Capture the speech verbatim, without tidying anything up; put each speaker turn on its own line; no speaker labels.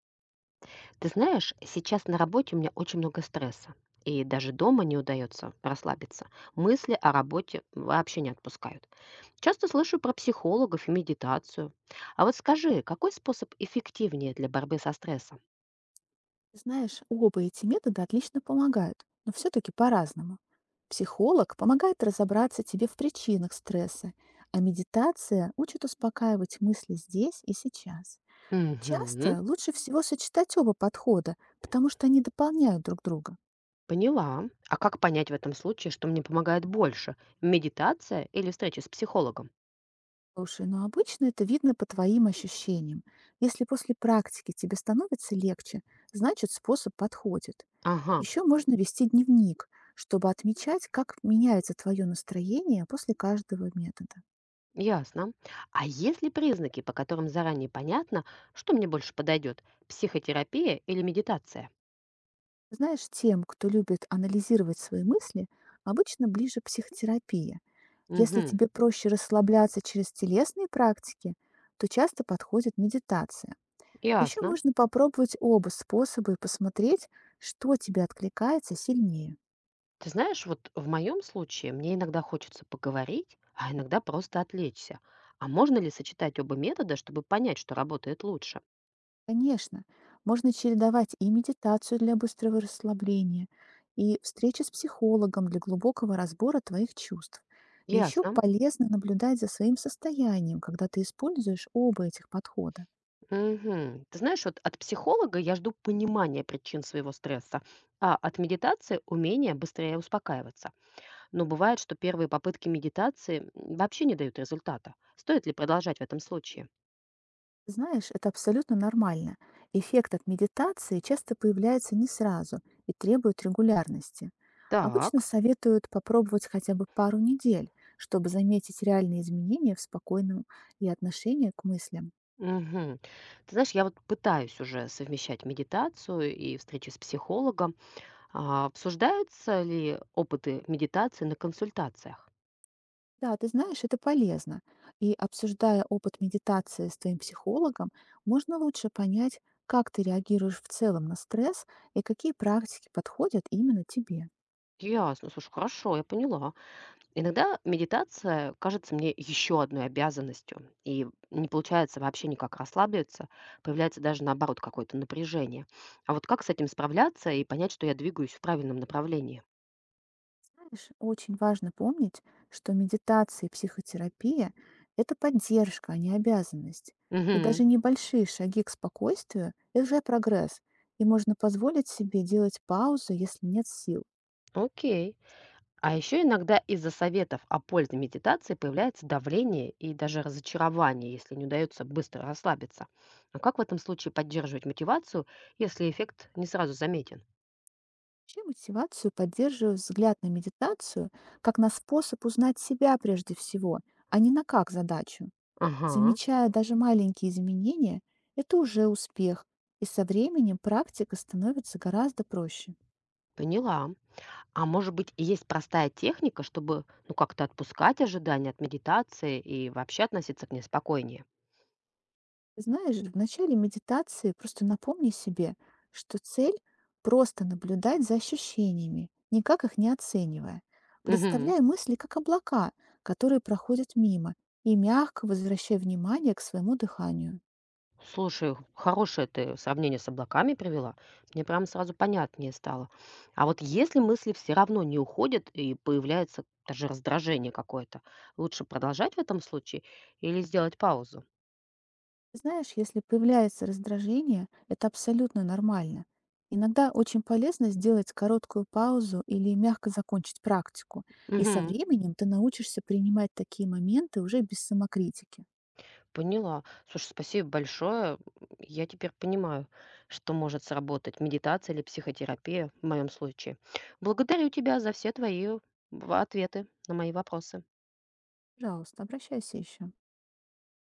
Ты знаешь, сейчас на работе у меня очень много стресса, и даже дома не удается расслабиться. Мысли о работе вообще не отпускают. Часто слышу про психологов и медитацию. А вот скажи, какой способ эффективнее для борьбы со стрессом?
Знаешь, оба эти метода отлично помогают, но все-таки по-разному. Психолог помогает разобраться тебе в причинах стресса, а медитация учит успокаивать мысли здесь и сейчас.
Угу,
Часто лучше всего сочетать оба подхода, потому что они дополняют друг друга.
поняла. А как понять в этом случае, что мне помогает больше? Медитация или встреча с психологом?
Слушай, но обычно это видно по твоим ощущениям. Если после практики тебе становится легче, значит способ подходит.
Ага,
Еще можно вести дневник, чтобы отмечать, как меняется твое настроение после каждого метода.
ясно. А есть ли признаки, по которым заранее понятно, что мне больше подойдет? Психотерапия или медитация?
Знаешь, тем, кто любит анализировать свои мысли, обычно ближе психотерапия. Если
Мгм.
тебе проще расслабляться через телесные практики, то часто подходит медитация. Еще
Ясно.
можно попробовать оба способа и посмотреть, что тебе откликается сильнее.
Ты знаешь, вот в моем случае мне иногда хочется поговорить, а иногда просто отвлечься. А можно ли сочетать оба метода, чтобы понять, что работает лучше?
Конечно, можно чередовать и медитацию для быстрого расслабления, и встречи с психологом для глубокого разбора твоих чувств. Еще
Ясно.
полезно наблюдать за своим состоянием, когда ты используешь оба этих подхода.
Мгм. Ты знаешь, вот от психолога я жду понимания причин своего стресса, а от медитации умения быстрее успокаиваться. Но бывает, что первые попытки медитации м, вообще не дают результата. Стоит ли продолжать в этом случае?
Знаешь, это абсолютно нормально. Эффект от медитации часто появляется не сразу и требует регулярности. Обычно
Так.
советуют попробовать хотя бы пару недель, чтобы заметить реальные изменения в спокойном и отношении к мыслям.
Мгм. Ты знаешь, я вот пытаюсь уже совмещать медитацию и встречи с психологом. А, обсуждаются ли опыты медитации на консультациях?
Да, ты знаешь, это полезно. И обсуждая опыт медитации с твоим психологом, можно лучше понять, как ты реагируешь в целом на стресс и какие практики подходят именно тебе.
Ясно, слушай, хорошо, я поняла. Иногда медитация кажется мне еще одной обязанностью, и не получается вообще никак расслабиться, появляется даже наоборот какое-то напряжение. А вот как с этим справляться и понять, что я двигаюсь в правильном направлении?
Знаешь, очень важно помнить, что медитация и психотерапия– это поддержка, а не обязанность. И
Мгм.
даже небольшие шаги к спокойствию– это уже прогресс, и можно позволить себе делать паузу, если нет сил.
Окей. А еще иногда из-за советов о пользе медитации появляется давление и даже разочарование, если не удается быстро расслабиться. А как в этом случае поддерживать мотивацию, если эффект не сразу заметен?
Вообще мотивацию поддерживаю взгляд на медитацию как на способ узнать себя прежде всего, а не на как задачу.
Ага,
Замечая даже маленькие изменения, это уже успех, и со временем практика становится гораздо проще.
поняла. А может быть, и есть простая техника, чтобы ну как-то отпускать ожидания от медитации и вообще относиться к ней спокойнее?
Знаешь, в начале медитации просто напомни себе, что цель– просто наблюдать за ощущениями, никак их не оценивая.
Угу.
Представляй мысли как облака, которые проходят мимо, и мягко возвращай внимание к своему дыханию.
Слушай, х- хорошее ты сравнение с облаками привела. Мне прям сразу понятнее стало. А вот если мысли все равно не уходят и появляется даже раздражение какое-то, лучше продолжать в этом случае или сделать паузу?
Знаешь, если появляется раздражение, это абсолютно нормально. Иногда очень полезно сделать короткую паузу или мягко закончить практику. И со
Угу,
временем ты научишься принимать такие моменты уже без самокритики.
поняла. Слушай, спасибо большое. Я теперь понимаю, что может сработать медитация или психотерапия в моем случае. Благодарю тебя за все твои в- ответы на мои вопросы.
Пожалуйста, обращайся еще.